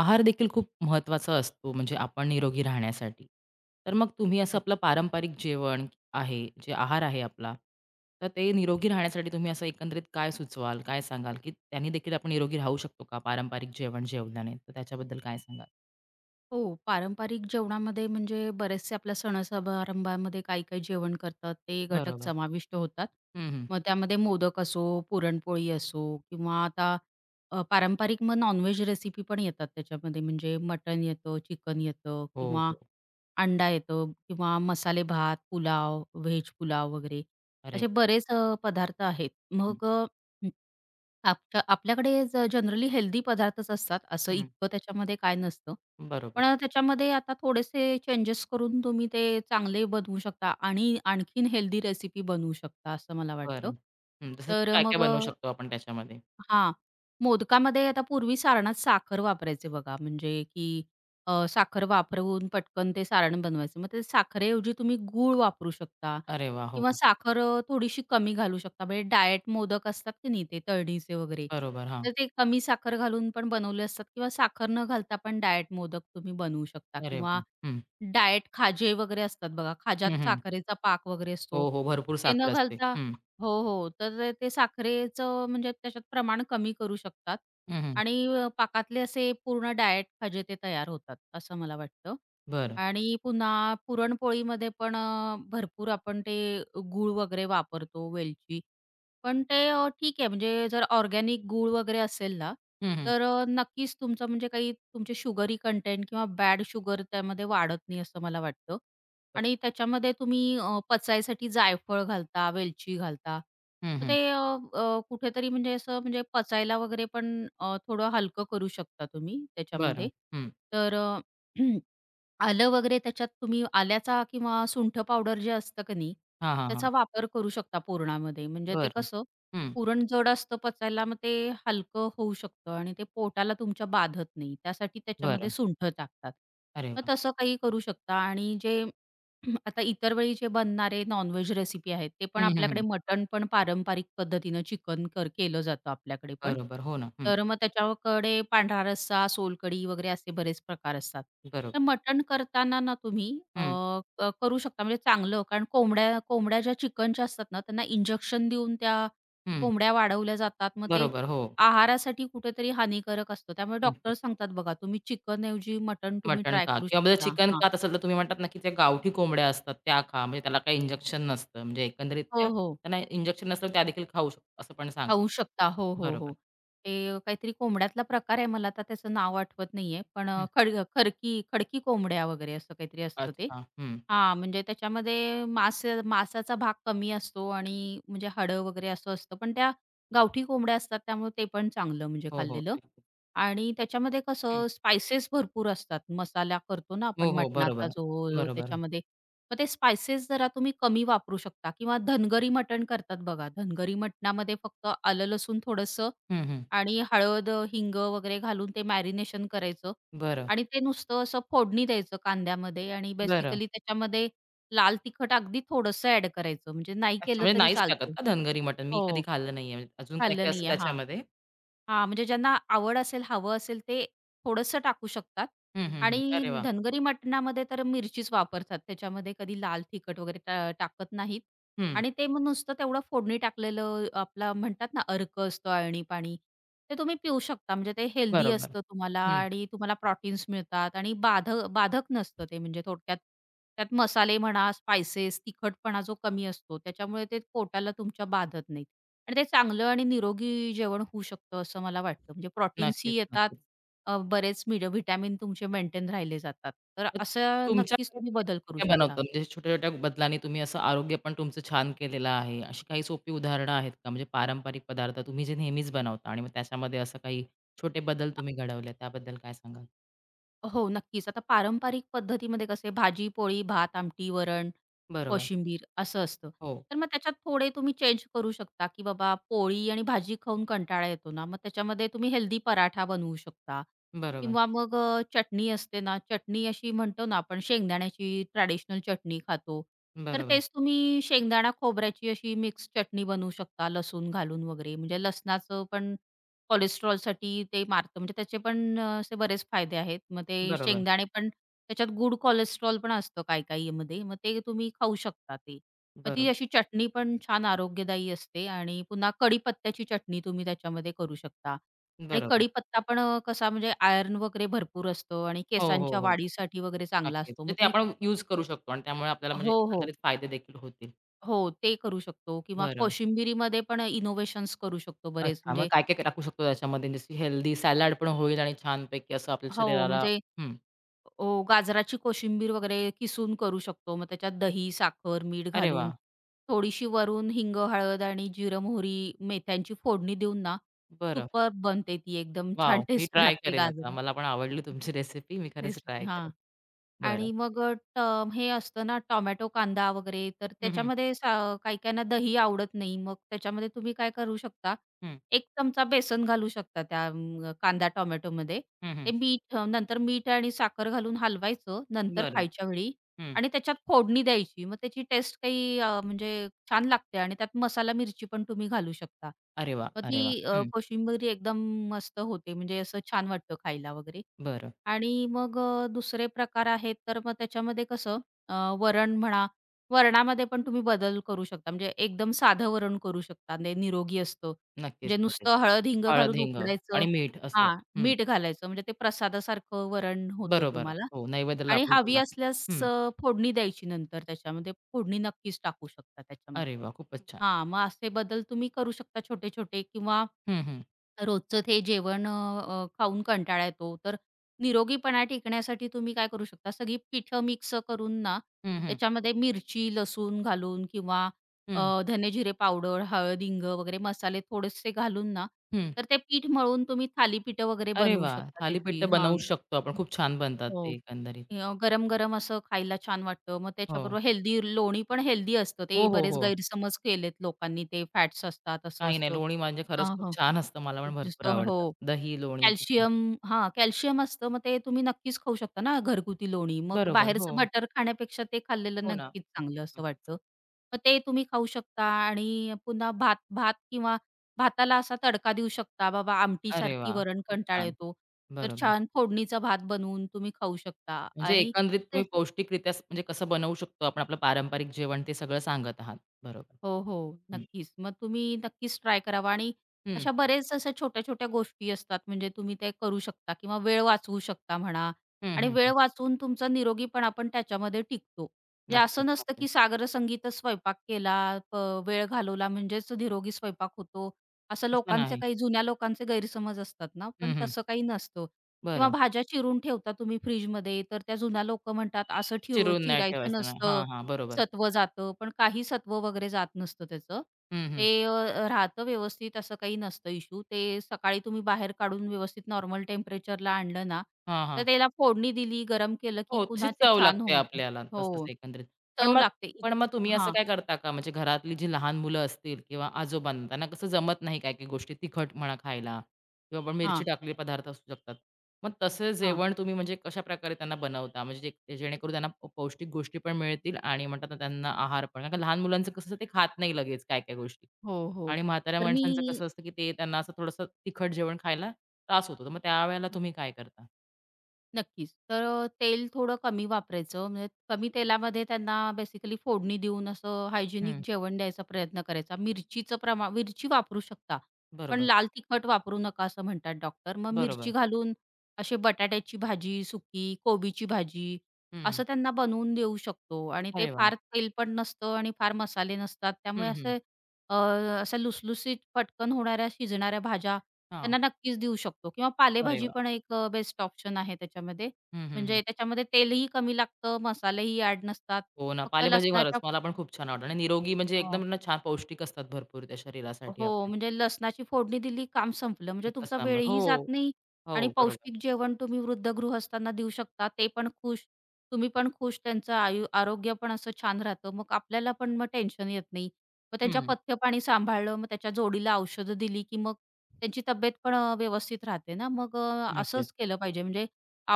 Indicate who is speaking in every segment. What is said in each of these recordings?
Speaker 1: आहार देखील खूप महत्त्वाचा असतो म्हणजे आपण निरोगी राहण्यासाठी. तर मग तुम्ही असं
Speaker 2: हो,
Speaker 1: आपलं पारंपरिक जेवण आहे, जे आहार आहे आपला, तर ते निरोगी राहण्यासाठी तुम्ही असं एकंदरीत काय सुचवाल? काय सांगाल? की त्यांनी देखील आपण निरोगी राहू शकतो का पारंपरिक जेवण जेवल्याने? तर त्याच्याबद्दल काय सांगाल?
Speaker 2: हो. पारंपरिक जेवणामध्ये म्हणजे बरेचसे आपल्या सण-समारंभामध्ये काही काही जेवण करतात ते घटक
Speaker 1: बरोबर.
Speaker 2: समाविष्ट होतात.
Speaker 1: हं, हं.
Speaker 2: मग त्यामध्ये मोदक असो, पुरणपोळी असो किंवा आता पारंपरिक मग नॉन-व्हेज रेसिपी पण येतात त्याच्यामध्ये म्हणजे मटण येतं, चिकन येतं
Speaker 1: हो,
Speaker 2: किंवा
Speaker 1: हो.
Speaker 2: अंडा येतो किंवा मसाले भात, पुलाव, व्हेज पुलाव वगैरे
Speaker 1: अरे
Speaker 2: असे
Speaker 1: वाह!
Speaker 2: बरेच पदार्थ आहेत.
Speaker 1: हं,
Speaker 2: मग अ, आपच्या आपल्याकडे जनरली हेल्दी पदार्थच असतात, असं
Speaker 1: हं.
Speaker 2: इतकं त्याच्यामध्ये काय नसतं.
Speaker 1: बरोबर.
Speaker 2: पण त्याच्यामध्ये आता थोडेसे चेंजेस करून तुम्ही ते चांगले बनवू शकता आणि आणखीन हेल्दी रेसिपी बनवू शकता, असं मला वाटतं.
Speaker 1: बरं. हं, जसं की
Speaker 2: तर
Speaker 1: काय-काय
Speaker 2: मग
Speaker 1: बनवू शकतो आपण त्याच्यामध्ये?
Speaker 2: हां. मोदकामध्ये आता पूर्वी सारणात साखर वापरायचे बघा, म्हणजे की साखर वापरून पटकन ते सारण बनवायचं. मग ते साखरेऐवजी तुम्ही गूळ वापरू शकता
Speaker 1: अरे वाह! हो.
Speaker 2: किंवा साखर थोडीशी कमी घालू शकता. म्हणजे डायट मोदक असतात की नाही ते तळणीचे वगैरे,
Speaker 1: बरोबर. हां.
Speaker 2: तर ते कमी साखर घालून पण बनवले असतात किंवा साखर न घालता पण डायट मोदक तुम्ही बनवू शकता
Speaker 1: अरे
Speaker 2: किंवा
Speaker 1: वाह! हं.
Speaker 2: डायट खाजे वगैरे असतात बघा,
Speaker 1: हं,
Speaker 2: खाज्यात
Speaker 1: हं.
Speaker 2: साखरेचा पाक वगैरे असतो.
Speaker 1: हो, हो. भरपूर
Speaker 2: ते
Speaker 1: साखर
Speaker 2: न
Speaker 1: असते.
Speaker 2: घालता
Speaker 1: हं.
Speaker 2: हो, हो. तर ते ते साखरेचं म्हणजे त्याच्यात प्रमाण कमी करू शकतात
Speaker 1: हं, हं.
Speaker 2: आणि पाकातले असे पूर्ण डायट खजिते तयार होतात, असं मला वाटतं.
Speaker 1: बरं.
Speaker 2: आणि पुन्हा पुरणपोळीमध्ये पण भरपूर आपण ते गूळ वगैरे वापरतो, वेलची. पण ते ठीक आहे म्हणजे जर ऑर्गॅनिक गूळ वगैरे असेल ना,
Speaker 1: हं, हं.
Speaker 2: तर नक्कीच तुमचं म्हणजे काही तुमचे शुगरी कंटेंट किंवा बॅड शुगर त्यामध्ये वाढत नाही असं मला वाटतं.
Speaker 1: बरं.
Speaker 2: आणि त्याच्यामध्ये तुम्ही पचायसाठी जायफळ घालता, वेलची घालता.
Speaker 1: हं,
Speaker 2: तर
Speaker 1: हं.
Speaker 2: ते अ, अ, कुठेतरी म्हणजे असं म्हणजे पचायला वगैरे पण थोडं हलकं करू शकता तुम्ही
Speaker 1: बरं.
Speaker 2: त्याच्यामध्ये.
Speaker 1: हं.
Speaker 2: तर आलं वगैरे त्याच्यात तुम्ही आल्याचा किंवा सुंठ पावडर जे असतं की नाही,
Speaker 1: हां, हां, हां.
Speaker 2: त्याचा वापर करू शकता पुरणामध्ये. म्हणजे ते
Speaker 1: बरं.
Speaker 2: कसं
Speaker 1: हं.
Speaker 2: पुरण जड असतं पचायला, मग ते हलकं होऊ शकतं आणि ते पोटाला तुमच्या बाधत नाही. त्यासाठी त्याच्यामध्ये
Speaker 1: बरं.
Speaker 2: सुंठ टाकतात.
Speaker 1: अरे
Speaker 2: मग
Speaker 1: वाह!
Speaker 2: तसं काही करू शकता आणि जे आता इतर वेळी जे बनणारे नॉनव्हेज रेसिपी आहेत, ते पण
Speaker 1: हं, हं,
Speaker 2: आपल्याकडे
Speaker 1: हं.
Speaker 2: मटण पण पारंपरिक पद्धतीनं चिकन केलं जातं आपल्याकडे पण.
Speaker 1: बरोबर. हो ना. हं.
Speaker 2: तर मग त्याच्याकडे पांढरा रस्सा, सोलकढी वगैरे असे बरेच प्रकार असतात. तर
Speaker 1: बरोबर.
Speaker 2: मटण करताना ना तुम्ही अ,
Speaker 1: हं,
Speaker 2: क करू शकता म्हणजे चांगलं कारण कोंबड्या कोंबड्या ज्या चिकनच्या असतात ना, त्यांना इंजेक्शन देऊन त्या
Speaker 1: हं.
Speaker 2: कोंबड्या वाढवल्या जातात. मग ते
Speaker 1: बरोबर. हो.
Speaker 2: आहारासाठी कुठेतरी हानिकारक असतं. त्यामुळे
Speaker 1: ओके.
Speaker 2: डॉक्टर सांगतात बघा, तुम्ही चिकनऐवजी मटण तुम्ही
Speaker 1: मटण
Speaker 2: ट्राय
Speaker 1: खा
Speaker 2: करू
Speaker 1: किंवा
Speaker 2: शकता.
Speaker 1: चिकन
Speaker 2: हां.
Speaker 1: खात असाल, तर तुम्ही म्हणतात ना, की त्या गावठी कोंबड्या असतात त्या खा. म्हणजे त्याला काही इंजेक्शन नसतं. म्हणजे एकंदरीत
Speaker 2: हो,
Speaker 1: त्या
Speaker 2: हो.
Speaker 1: त्यांना इंजेक्शन नसलं, त्या देखील खाऊ शकतो असं पण सांग
Speaker 2: खाऊ शकता. हो, हो, हो.
Speaker 1: बरोबर.
Speaker 2: ते काहीतरी कोंबड्यातला प्रकार आहे. मला आता त्याचं नाव आठवत नाहीये. पण अ,
Speaker 1: हं.
Speaker 2: खड खरकी खडकी कोंबड्या वगैरे असं काहीतरी असतं ते.
Speaker 1: अच्छा. हं.
Speaker 2: हां, म्हणजे त्याच्यामध्ये मांसाचा भाग कमी असतो आणि म्हणजे हाडं वगैरे असं असतं. पण त्या गावठी कोंबड्या असतात त्यामुळे ते पण चांगलं म्हणजे
Speaker 1: हो, हो.
Speaker 2: खाल्लेलं.
Speaker 1: नक्कीच.
Speaker 2: आणि त्याच्यामध्ये
Speaker 1: हं.
Speaker 2: कसं स्पाइसेस भरपूर असतात. मसाला करतो ना
Speaker 1: हो,
Speaker 2: आपण
Speaker 1: हो.
Speaker 2: मटणाचा
Speaker 1: बरोबर.
Speaker 2: जो
Speaker 1: बरोबर.
Speaker 2: त्याच्यामध्ये मग ते स्पाइसेस जरा तुम्ही कमी वापरू शकता किंवा धनगरी मटण करतात बघा. धनगरी मटणामध्ये फक्त आलं, लसूण थोडंसं
Speaker 1: हं, हं.
Speaker 2: आणि हळद, हिंग वगैरे घालून ते मॅरिनेशन करायचं
Speaker 1: बरं.
Speaker 2: आणि ते नुसतं असं फोडणी द्यायचं कांद्यामध्ये आणि
Speaker 1: बरं.
Speaker 2: बेसिकली त्याच्यामध्ये लाल तिखट अगदी थोडंसं ॲड करायचं. म्हणजे नाही
Speaker 1: अच्छा,
Speaker 2: केलं
Speaker 1: म्हणजे
Speaker 2: तरी
Speaker 1: नाहीच टाकत
Speaker 2: चालतं.
Speaker 1: का धनगरी मटण? मी कधी
Speaker 2: हो,
Speaker 1: खाल्लं नाहीये. म्हणजे अजून
Speaker 2: खाल्लं
Speaker 1: काय-काय असतं
Speaker 2: नाहीये. हां.
Speaker 1: त्याच्यामध्ये?
Speaker 2: हां, म्हणजे ज्यांना आवड असेल, हवं असेल ते थोडंसं टाकू शकतात
Speaker 1: हं, हं,
Speaker 2: आणि
Speaker 1: हं. अरे वाह!
Speaker 2: धनगरी मटणामध्ये तर मिरचीच वापरतात. त्याच्यामध्ये कधी लाल तिखट वगैरे टाकत नाहीत
Speaker 1: हं,
Speaker 2: आणि ते मग नुसतं तेवढं फोडणी टाकलेलं आपला म्हणतात ना, अर्क असतो अळणी-पाणी, ते तुम्ही पिऊ शकता. म्हणजे ते हेल्दी
Speaker 1: बरोबर.
Speaker 2: असतं तुम्हाला
Speaker 1: हं,
Speaker 2: आणि तुम्हाला प्रोटीन्स मिळतात आणि बाधक नसतं ते. म्हणजे थोडक्यात त्यात मसाले म्हणा, स्पाइसेस, तिखटपणा जो कमी असतो, त्याच्यामुळे ते पोटाला तुमच्या बाधत नाहीत. आणि ते चांगलं आणि निरोगी जेवण होऊ शकतं असं मला वाटतं. म्हणजे
Speaker 1: नक्कीच,
Speaker 2: प्रोटीन्सही येतात,
Speaker 1: नक्कीच.
Speaker 2: बरेच मिड व्हिटॅमिन तुमचे मेंटेन राहिले जातात. तर
Speaker 1: मग
Speaker 2: असं नक्कीच
Speaker 1: तुमच्याकडे
Speaker 2: तुम्ही
Speaker 1: तुम्ही
Speaker 2: बदल करू
Speaker 1: असं काय
Speaker 2: शकता.
Speaker 1: बनवता? म्हणजे छोट्या-छोट्या बदलांनी तुम्ही असं आरोग्य पण तुमचं छान केलेलं आहे. अशी काही सोपी उदाहरणं आहेत का? म्हणजे पारंपरिक पदार्थ तुम्ही जे नेहमीच बनवता आणि मग त्याच्यामध्ये असं काही छोटे बदल तुम्ही घडवले, त्याबद्दल काय सांगाल?
Speaker 2: हो, नक्कीच. आता पारंपरिक पद्धतीमध्ये कसे भाजी, पोळी, भात, आमटी, वरण,
Speaker 1: बरोबर.
Speaker 2: कोशिंबीर असं असतं.
Speaker 1: हो.
Speaker 2: तर मग त्याच्यात थोडे तुम्ही चेंज करू शकता, की बाबा पोळी आणि भाजी खाऊन कंटाळा येतो ना, मग त्याच्यामध्ये तुम्ही हेल्दी पराठा बनवू शकता
Speaker 1: बरोबर.
Speaker 2: किंवा मग चटणी असते ना, चटणी अशी म्हणतो ना आपण शेंगदाण्याची ट्रॅडिशनल चटणी खातो. तर
Speaker 1: बरोबर.
Speaker 2: तेच तुम्ही शेंगदाणा खोबऱ्याची अशी मिक्स चटणी बनवू शकता लसूण घालून वगैरे. म्हणजे लसणाचं पण कोलेस्ट्रॉलसाठी ते मारतं. म्हणजे त्याचे पण असे बरेच फायदे आहेत. मग ते
Speaker 1: बरोबर.
Speaker 2: शेंगदाणे पण त्याच्यात गुड कोलेस्ट्रॉल पण असतं काही-काहीमध्ये. मग ते तुम्ही खाऊ शकता ते. मग ती
Speaker 1: बरोबर.
Speaker 2: अशी चटणी पण छान आरोग्यदायी असते आणि पुन्हा कढीपत्त्याची चटणी तुम्ही त्याच्यामध्ये करू शकता. आणि
Speaker 1: बरोबर.
Speaker 2: कढीपत्ता पण कसा म्हणजे आयर्न वगैरे भरपूर असतो आणि
Speaker 1: हो, हो,
Speaker 2: केसांच्या
Speaker 1: हो.
Speaker 2: वाढीसाठी वगैरे चांगला
Speaker 1: नक्कीच.
Speaker 2: असतो. मग
Speaker 1: म्हणजे ते
Speaker 2: ती
Speaker 1: आपण यूज करू शकतो आणि त्यामुळे आपल्याला म्हणजे
Speaker 2: हो, हो.
Speaker 1: एकंदरीत फायदे देखील होतील.
Speaker 2: हो, ते करू शकतो किंवा
Speaker 1: बरं.
Speaker 2: कोशिंबिरीमध्ये पण इनोव्हेशन्स करू शकतो बरेच.
Speaker 1: अच्छा. मग
Speaker 2: म्हणजे
Speaker 1: काय, काय टाकू शकतो त्याच्यामध्ये? जशी हेल्दी सॅलड पण होईल आणि छानपैकी असं आपल्या
Speaker 2: हो,
Speaker 1: शरीराला
Speaker 2: म्हणजे
Speaker 1: हं.
Speaker 2: गाजराची कोशिंबीर वगैरे किसून करू शकतो. मग त्याच्यात दही, साखर, मीठ
Speaker 1: अरे
Speaker 2: घालून
Speaker 1: वाह!
Speaker 2: थोडीशी वरून हिंग, हळद आणि जिरं, मोहरी, मेथ्यांची फोडणी देऊन ना
Speaker 1: बरं.
Speaker 2: सुपर्ब बनते ती एकदम छान
Speaker 1: वॉव! मी
Speaker 2: टेस्टी
Speaker 1: ट्राय
Speaker 2: लागते
Speaker 1: करेन आता.
Speaker 2: गाजर
Speaker 1: मला पण आवडली तुमची रेसिपी. मी खरंच
Speaker 2: रेसिपी.
Speaker 1: ट्राय करेन.
Speaker 2: हां.
Speaker 1: बरं.
Speaker 2: आणि मग अ, ट हे असतं ना टोमॅटो, कांदा वगैरे तर
Speaker 1: हं, हं.
Speaker 2: त्याच्यामध्ये काही-काहींना दही आवडत नाही. मग त्याच्यामध्ये तुम्ही काय करू शकता,
Speaker 1: हं.
Speaker 2: एक चमचा बेसन घालू शकता त्या कांदा टोमॅटोमध्ये.
Speaker 1: हं, हं.
Speaker 2: नंतर मीठ आणि साखर घालून हलवायचं नंतर
Speaker 1: बरं.
Speaker 2: खायच्या वेळी
Speaker 1: हं.
Speaker 2: आणि त्याच्यात फोडणी द्यायची. मग त्याची टेस्ट काही म्हणजे छान लागते आणि त्यात मसाला मिरची पण तुम्ही घालू शकता.
Speaker 1: अरे वाह!
Speaker 2: मग ती
Speaker 1: अरे वाह! हं.
Speaker 2: कोशिंबीर एकदम मस्त होते म्हणजे असं छान वाटतं खायला वगैरे.
Speaker 1: बरं.
Speaker 2: आणि मग दुसरे प्रकार आहेत, तर मग त्याच्यामध्ये कसं वरण म्हणा, वरणामध्ये पण तुम्ही बदल करू शकता. म्हणजे एकदम साधं वरण करू शकता, म्हणजे निरोगी असतं.
Speaker 1: नक्कीच,
Speaker 2: म्हणजे
Speaker 1: नक्कीच.
Speaker 2: नुसतं हळद, हिंग
Speaker 1: हळद,
Speaker 2: घालून
Speaker 1: हिंग
Speaker 2: उकडायचं
Speaker 1: आणि मीठ असं.
Speaker 2: हां,
Speaker 1: हं.
Speaker 2: मीठ घालायचं म्हणजे ते प्रसादासारखं वरण होतं
Speaker 1: बरोबर.
Speaker 2: तुम्हाला
Speaker 1: हो, नैवेद्याला
Speaker 2: आणि
Speaker 1: आपण
Speaker 2: हवी
Speaker 1: चला.
Speaker 2: असल्यास
Speaker 1: हं.
Speaker 2: फोडणी द्यायची नंतर त्याच्यामध्ये. फोडणी नक्कीच टाकू शकता त्याच्यामध्ये.
Speaker 1: अरे वाह! खूपच छान.
Speaker 2: हां, मग असे बदल तुम्ही करू शकता छोटे-छोटे किंवा
Speaker 1: हं, हं.
Speaker 2: रोजचं ते जेवण अ, अ, खाऊन कंटाळा येतो. तर निरोगीपणा टिकण्यासाठी तुम्ही काय करू शकता, सगळी पिठं मिक्स करून ना,
Speaker 1: हं, हं.
Speaker 2: त्याच्यामध्ये मिरची, लसूण घालून किंवा
Speaker 1: हं.
Speaker 2: धने-जिरे पावडर, हळद, हिंग वगैरे मसाले थोडेसे घालून ना,
Speaker 1: हं.
Speaker 2: तर ते पीठ मळून तुम्ही थालीपीठं वगैरे
Speaker 1: अरे
Speaker 2: बनवू
Speaker 1: वाह!
Speaker 2: शकता
Speaker 1: थालीपीठ
Speaker 2: त्याची.
Speaker 1: तर
Speaker 2: हां.
Speaker 1: बनवूच शकतो आपण. खूप छान बनतात ते
Speaker 2: हो.
Speaker 1: एकंदरीत.
Speaker 2: गरम-गरम असं खायला छान वाटतं. मग
Speaker 1: हो.
Speaker 2: त्याच्याबरोबर हेल्दी लोणी पण हेल्दी असतं. ते
Speaker 1: हो, हो,
Speaker 2: बरेच
Speaker 1: हो.
Speaker 2: गैरसमज केलेत लोकांनी, ते फॅट्स असतात, असं
Speaker 1: काही नाही
Speaker 2: असतं.
Speaker 1: लोणी म्हणजे खरंच खूप
Speaker 2: हां,
Speaker 1: छान असतं. मला पण
Speaker 2: खूप
Speaker 1: भरपूर
Speaker 2: जास्त हो.
Speaker 1: आवडतं. दही, लोणी खूप छान.
Speaker 2: कॅल्शियम हां, कॅल्शियम असतं. मग ते तुम्ही नक्कीच खाऊ शकता ना घरगुती लोणी. मग
Speaker 1: बरोबर. हो.
Speaker 2: बाहेरचं बटर खाण्यापेक्षा ते खाल्लेलं
Speaker 1: हो ना.
Speaker 2: नक्कीच
Speaker 1: नक्कीच,
Speaker 2: चांगलं असं
Speaker 1: नक्कीच.
Speaker 2: वाटतं. मग ते तुम्ही खाऊ शकता आणि पुन्हा भात भात किंवा भाताला असा तडका देऊ शकता. बाबा
Speaker 1: अरे
Speaker 2: आमटीसारखी
Speaker 1: वाह!
Speaker 2: वरण
Speaker 1: खूप
Speaker 2: कंटाळा
Speaker 1: छान.
Speaker 2: येतो. तर
Speaker 1: बरोबर.
Speaker 2: छान फोडणीचा भात बनवून तुम्ही खाऊ शकता
Speaker 1: म्हणजे
Speaker 2: आणि
Speaker 1: एकंदरीत तुम्ही पौष्टिकरित्या म्हणजे कसं बनवू शकतो आपण आपलं पारंपरिक जेवण ते सगळं सांगत आहात. बरोबर.
Speaker 2: हो, हो.
Speaker 1: हं.
Speaker 2: नक्कीच. मग तुम्ही नक्कीच ट्राय करावा आणि
Speaker 1: हं.
Speaker 2: अशा बरेच अशा छोट्या-छोट्या गोष्टी असतात म्हणजे तुम्ही ते करू शकता किंवा वेळ वाचवू शकता म्हणा
Speaker 1: हं,
Speaker 2: आणि
Speaker 1: हं,
Speaker 2: वेळ
Speaker 1: हं.
Speaker 2: वाचवून तुमचा निरोगीपणा पण त्याच्यामध्ये टिकतो. म्हणजे असं
Speaker 1: नक्कीच,
Speaker 2: नसतं
Speaker 1: नक्कीच.
Speaker 2: की सागर संगीतच स्वयंपाक केला, प वेळ घालवला म्हणजेच निरोगी स्वयंपाक होतो. असं
Speaker 1: असं
Speaker 2: लोकांचे
Speaker 1: नाही.
Speaker 2: काही जुन्या लोकांचे गैरसमज असतात ना, पण
Speaker 1: हं, हं.
Speaker 2: तसं काही नसतं किंवा
Speaker 1: बरं.
Speaker 2: भाज्या चिरून ठेवता तुम्ही फ्रिजमध्ये तर त्या जुन्या लोकं म्हणतात असं ठेव
Speaker 1: चिरून नाही
Speaker 2: चिरायचं
Speaker 1: ठेवायचं. नाही.
Speaker 2: नसतं.
Speaker 1: हां, हां. बरोबर.
Speaker 2: सत्व जातं, पण काही सत्व वगैरे जात नसतं त्याचं.
Speaker 1: हं, हं.
Speaker 2: ते राहतं व्यवस्थित असं काही नसतं इश्यू. ते सकाळी तुम्ही बाहेर काढून व्यवस्थित नॉर्मल टेम्परेचरला आणलं ना,
Speaker 1: हां,
Speaker 2: तर
Speaker 1: हां.
Speaker 2: त्याला फोडणी दिली, गरम केलं, की
Speaker 1: हो, तशी
Speaker 2: पुन्हा ते
Speaker 1: चव
Speaker 2: छान
Speaker 1: लागते
Speaker 2: होतं.
Speaker 1: आपल्याला तसंच
Speaker 2: हो.
Speaker 1: एकंदरीत. पण
Speaker 2: चव
Speaker 1: मग
Speaker 2: लागते.
Speaker 1: पण मग तुम्ही असं
Speaker 2: हां,
Speaker 1: काय करता का? म्हणजे घरातली जी लहान मुलं असतील किंवा आजोबांना त्यांना कसं जमत नाही काही-काही गोष्टी तिखट म्हणा खायला किंवा आपण मिरची
Speaker 2: हां,
Speaker 1: टाकलेले पदार्थ असू शकतात. मग तसं
Speaker 2: हां.
Speaker 1: जेवण तुम्ही म्हणजे कशाप्रकारे त्यांना बनवता? म्हणजे जे ते जेणेकरून त्यांना पौष्टिक गोष्टी पण मिळतील आणि म्हणतात ना त्यांना आहार पण. कारण का लहान मुलांचं कसं असतं, ते खात नाही लगेच काय-काय गोष्टी
Speaker 2: हो, हो.
Speaker 1: आणि म्हाताऱ्या
Speaker 2: तर मी
Speaker 1: माणसांचं कसं असतं, की ते त्यांना असं थोडंसं तिखट जेवण खायला त्रास होतो. तर मग त्यावेळेला तुम्ही काय करता?
Speaker 2: नक्कीच. तर तेल थोडं कमी वापरायचं. म्हणजे कमी तेलामध्ये त्यांना बेसिकली फोडणी देऊन असं हायजिनिक
Speaker 1: हं.
Speaker 2: जेवण द्यायचा प्रयत्न करायचा. मिरचीचं मिरची वापरू शकता, पण
Speaker 1: बरोबर,
Speaker 2: लाल तिखट वापरू नका असं म्हणतात डॉक्टर. मग मिरची
Speaker 1: बरोबर.
Speaker 2: घालून असे बटाट्याची भाजी सुकी, कोबीची भाजी
Speaker 1: हं.
Speaker 2: असं त्यांना बनवून देऊ शकतो आणि ते
Speaker 1: अरे वाह!
Speaker 2: फार तेल पण नसतं आणि फार मसाले नसतात. त्यामुळे
Speaker 1: हं, हं.
Speaker 2: असे अ, अशा लुसलुसीत पटकन होणाऱ्या शिजणाऱ्या भाज्या
Speaker 1: हां.
Speaker 2: त्यांना नक्कीच देऊ शकतो किंवा
Speaker 1: अरे
Speaker 2: पालेभाजी
Speaker 1: वाह!
Speaker 2: पण एक बेस्ट ऑप्शन आहे त्याच्यामध्ये.
Speaker 1: हं, हं, हं.
Speaker 2: म्हणजे त्याच्यामध्ये तेलही कमी लागतं, मसालेही ॲड नसतात.
Speaker 1: हो ना,
Speaker 2: फक्त
Speaker 1: पालेभाजी खरंच
Speaker 2: लसणाच्या
Speaker 1: मला पण खूप छान आवडतं आणि निरोगी म्हणजे
Speaker 2: हो.
Speaker 1: एकदम ना छान पौष्टिक असतात भरपूर त्या शरीरासाठी
Speaker 2: हो,
Speaker 1: आपल्या.
Speaker 2: म्हणजे लसणाची फोडणी दिली, काम संपलं. म्हणजे
Speaker 1: एकच
Speaker 2: तुमचा
Speaker 1: नंबर. हो,
Speaker 2: वेळही जात नाही आणि
Speaker 1: हो, बरोबर.
Speaker 2: पौष्टिक जेवण तुम्ही वृद्ध गृहस्थांना देऊ शकता. ते पण खुश, तुम्ही पण खुश. त्यांचं आरोग्य पण असं छान राहतं. मग आपल्याला पण मग टेन्शन येत नाही. मग त्यांच्या
Speaker 1: हं,
Speaker 2: पथ्यपाणी सांभाळलं, मग त्याच्या जोडीला औषधं दिली, की मग त्यांची तब्येत पण व्यवस्थित राहते ना. मग
Speaker 1: नक्कीच.
Speaker 2: असंच केलं पाहिजे. म्हणजे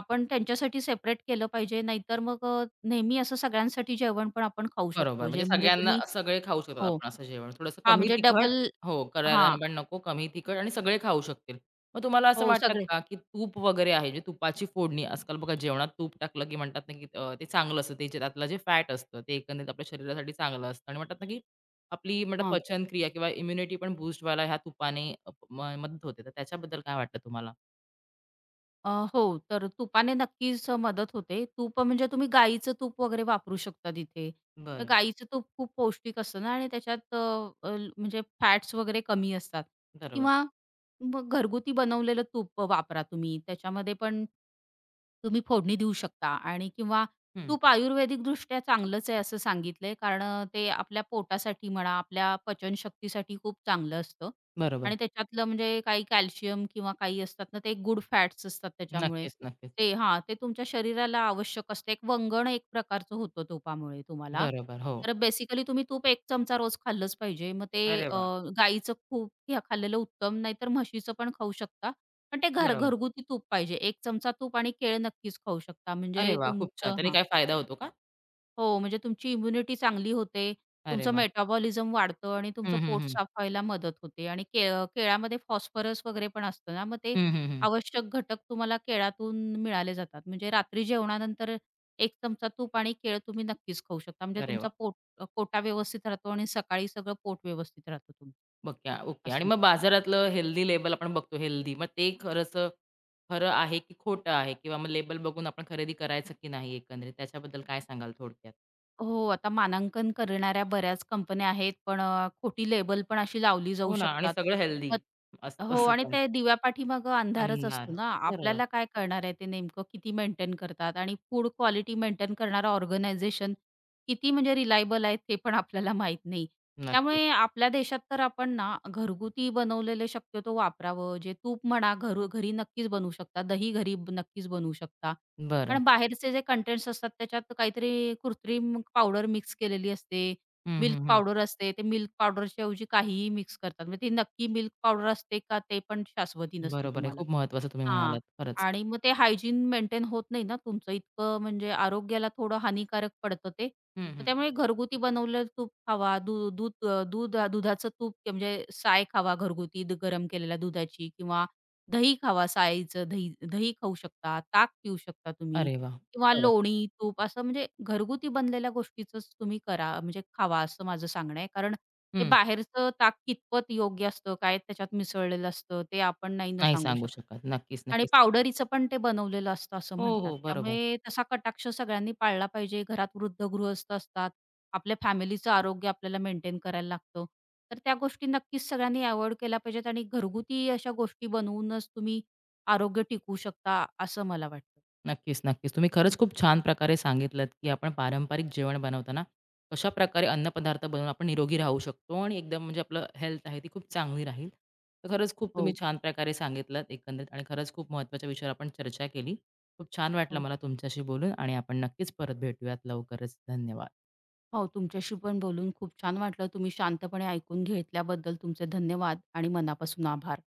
Speaker 2: आपण त्यांच्यासाठी सेपरेट केलं पाहिजे. नाहीतर मग नेहमी असं सगळ्यांसाठी जेवण पण आपण खाऊ
Speaker 1: बरोबर.
Speaker 2: शकतो.
Speaker 1: म्हणजे
Speaker 2: जे म्हणजे
Speaker 1: सगळ्यांना
Speaker 2: तुम्ही
Speaker 1: सगळे खाऊ शकतात
Speaker 2: हो.
Speaker 1: आपण असं जेवण. थोडंसं
Speaker 2: हां,
Speaker 1: कमी
Speaker 2: म्हणजे
Speaker 1: तिखट
Speaker 2: डबल
Speaker 1: हो, करायला
Speaker 2: हां.
Speaker 1: पण नको, कमी तिखट आणि सगळे खाऊ शकतील. मग तुम्हाला असं
Speaker 2: हो,
Speaker 1: वाटतं
Speaker 2: सगळे.
Speaker 1: का, की तूप वगैरे आहे, जे तुपाची फोडणी आजकाल बघा जेवणात तूप टाकलं, की म्हणतात ना, की ते चांगलं असतं. ते जे- त्यातलं जे फॅट असतं, ते एकंदरीत आपल्या शरीरासाठी चांगलं असतं आणि म्हणतात ना, की आपली म्हणतात
Speaker 2: हां.
Speaker 1: पचनक्रिया किंवा इम्युनिटी पण बूस्ट व्हायला ह्या तुपाने अ, म मदत होते. तर त्याच्याबद्दल काय वाटतं तुम्हाला?
Speaker 2: हो, तर तुपाने नक्कीच मदत होते. तूप म्हणजे तुम्ही गाईचं तूप वगैरे वापरू शकता तिथे. तर
Speaker 1: बरं.
Speaker 2: गाईचं तूप खूप पौष्टिक असतं ना आणि त्याच्यात अ, अ, म्हणजे फॅट्स वगैरे कमी असतात
Speaker 1: बरोबर.
Speaker 2: किंवा मग घरगुती बनवलेलं तूप वापरा तुम्ही. त्याच्यामध्ये पण तुम्ही फोडणी देऊ शकता आणि किंवा
Speaker 1: हं.
Speaker 2: तूप आयुर्वेदिकदृष्ट्या चांगलंच आहे असं सांगितलंय कारण ते आपल्या पोटासाठी म्हणा, आपल्या पचनशक्तीसाठी खूप चांगलं असतं
Speaker 1: बरोबर.
Speaker 2: आणि त्याच्यातलं म्हणजे काही कॅल्शियम किंवा काही असतात ना, ते गुड फॅट्स असतात त्याच्यामुळे.
Speaker 1: नक्कीच, नक्कीच.
Speaker 2: ते हां, ते तुमच्या शरीराला आवश्यक असतं. एक वंगण एक प्रकारचं होतं तुपामुळे तुम्हाला.
Speaker 1: बरोबर. हो.
Speaker 2: तर बेसिकली तुम्ही तूप एक चमचा रोज खाल्लंच पाहिजे. मग ते
Speaker 1: अरे वाह!
Speaker 2: गाईचं खूप हे खाल्लेलं उत्तम, नाहीतर म्हशीचं पण खाऊ शकता. पण ते
Speaker 1: बरोबर.
Speaker 2: घरगुती तूप पाहिजे. 1 चमचा तूप आणि केळ नक्कीच खाऊ शकता.
Speaker 1: अरे
Speaker 2: म्हणजे
Speaker 1: वाह! खूप छान.
Speaker 2: तुमचं
Speaker 1: त्याने
Speaker 2: हां.
Speaker 1: काय फायदा होतो का?
Speaker 2: हो, म्हणजे तुमची इम्युनिटी चांगली होते,
Speaker 1: अरे
Speaker 2: तुमचं
Speaker 1: वाह!
Speaker 2: मेटाबॉलिझम वाढतं आणि तुमचं
Speaker 1: हं, हं,
Speaker 2: पोट
Speaker 1: हं.
Speaker 2: साफ व्हायला मदत होते आणि केळ्यामध्ये फॉस्फरस वगैरे पण असतं ना, मग ते
Speaker 1: हं, हं, हं.
Speaker 2: आवश्यक घटक तुम्हाला केळातून मिळाले जातात. म्हणजे रात्री जेवणानंतर 1 चमचा तूप आणि केळ तुम्ही नक्कीच खाऊ शकता. म्हणजे
Speaker 1: अरे वाह!
Speaker 2: तुमचा पोट व्यवस्थित राहतो आणि सकाळी सगळं पोट व्यवस्थित राहतं तुमचं.
Speaker 1: Okay, okay. आणि
Speaker 2: असं.
Speaker 1: मग बाजारातलं हेल्दी लेबल आपण बघतो हेल्दी. मग ते खरंच खरं आहे की खोटं आहे? किंवा मग लेबल बघून आपण खरेदी करायचं की नाही एकंदरीत? त्याच्याबद्दल काय सांगाल थोडक्यात?
Speaker 2: हो, आता मानांकन करणाऱ्या बऱ्याच कंपन्या आहेत, पण खोटी लेबल पण अशी लावली जाऊ
Speaker 1: हो ना आणि
Speaker 2: शकतात.
Speaker 1: सगळं हेल्दी
Speaker 2: मग
Speaker 1: असतं
Speaker 2: हो
Speaker 1: असं
Speaker 2: आणि
Speaker 1: त्यांचं
Speaker 2: ते दिव्यापाठीमागं अंधारच असतो
Speaker 1: आणणार.
Speaker 2: ना.
Speaker 1: बरोबर.
Speaker 2: आपल्याला काय कळणार आहे ते नेमकं किती मेंटेन करतात आणि फूड क्वालिटी मेंटेन करणारं ऑर्गनायझेशन किती म्हणजे रिलायबल आहे ते पण आपल्याला माहीत नाही.
Speaker 1: नक्कीच.
Speaker 2: त्यामुळे आपल्या देशात तर आपण ना घरगुती बनवलेलं शक्यतो वापरावं. जे तूप म्हणा घरी नक्कीच बनवू शकता, दही घरी नक्कीच बनवू शकता.
Speaker 1: बरं.
Speaker 2: कारण बाहेरचे जे कंटेंट्स असतात त्याच्यात काहीतरी कृत्रिम पावडर मिक्स केलेली असते.
Speaker 1: हं,
Speaker 2: मिल्क
Speaker 1: हं, हं.
Speaker 2: पावडर असते. ते मिल्क पावडरच्या ऐवजी काहीही मिक्स करतात. म्हणजे ती नक्की मिल्क पावडर असते का ते पण शाश्वती नसते
Speaker 1: बरोबर आहे.
Speaker 2: तुम्हाला.
Speaker 1: खूप महत्त्वाचं तुम्ही
Speaker 2: हां.
Speaker 1: म्हणालात खरंच.
Speaker 2: आणि मग ते हायजीन मेंटेन होत नाही ना तुमचं इतकं म्हणजे आरोग्याला थोडं हानिकारक पडतं ते.
Speaker 1: हं,
Speaker 2: तर
Speaker 1: हं.
Speaker 2: त्यामुळे घरगुती बनवलेलं तूप खावा, दू दूध अ, दूध दुधाचं तूप ते म्हणजे साय खावा घरगुती गरम केलेल्या दुधाची किंवा दही खावा सायचं दही दही खाऊ शकता, ताक पिऊ शकता तुम्ही
Speaker 1: अरे वाह!
Speaker 2: किंवा
Speaker 1: खरंच.
Speaker 2: लोणी, तूप असं म्हणजे घरगुती बनलेल्या गोष्टीचंच तुम्ही करा म्हणजे खावा असं माझं सांगणं आहे. कारण ते
Speaker 1: हं.
Speaker 2: बाहेरचं ताक कितपत योग्य असतं, काय त्याच्यात मिसळलेलं असतं, ते आपण नाही ना
Speaker 1: नाही
Speaker 2: सांगू
Speaker 1: सांगू
Speaker 2: शकत.
Speaker 1: शकत. नक्कीच,
Speaker 2: आणि
Speaker 1: नक्कीच.
Speaker 2: पावडरीचं पण ते बनवलेलं असतं असं
Speaker 1: हो,
Speaker 2: म्हणतात.
Speaker 1: हो. बरोबर.
Speaker 2: त्यामुळे तसा कटाक्ष सगळ्यांनी पाळला पाहिजे. घरात वृद्ध गृहस्थ असतात. आपल्या फॅमिलीचं आरोग्य आपल्याला मेंटेन करायला लागतं. तर त्या गोष्टी नक्कीच सगळ्यांनी अव्हॉइड केल्या पाहिजेत आणि घरगुती अशा गोष्टी बनवूनच तुम्ही आरोग्य टिकवू शकता, असं मला वाटतं.
Speaker 1: नक्कीच, नक्कीच. तुम्ही खरंच खूप छान प्रकारे सांगितलत, की आपण पारंपरिक जेवण बनवताना कशाप्रकारे अन्नपदार्थ बनवून आपण निरोगी राहू शकतो आणि एकदम म्हणजे आपलं हेल्थ आहे ती खूप चांगली राहील. तर खरंच खूप तुम्ही
Speaker 2: हो,
Speaker 1: छान प्रकारे सांगितलत एकंदरीत आणि खरंच खूप महत्त्वाच्या विषयावर आपण चर्चा केली. खूप छान वाटलं
Speaker 2: हो.
Speaker 1: मला तुमच्याशी बोलून आणि आपण नक्कीच परत भेटूयात लवकरच. धन्यवाद.
Speaker 2: हो, तुमच्याशी पण बोलून खूप छान वाटलं. तुम्ही शांतपणे ऐकून घेतल्याबद्दल तुमचे धन्यवाद आणि मनापासून आभार.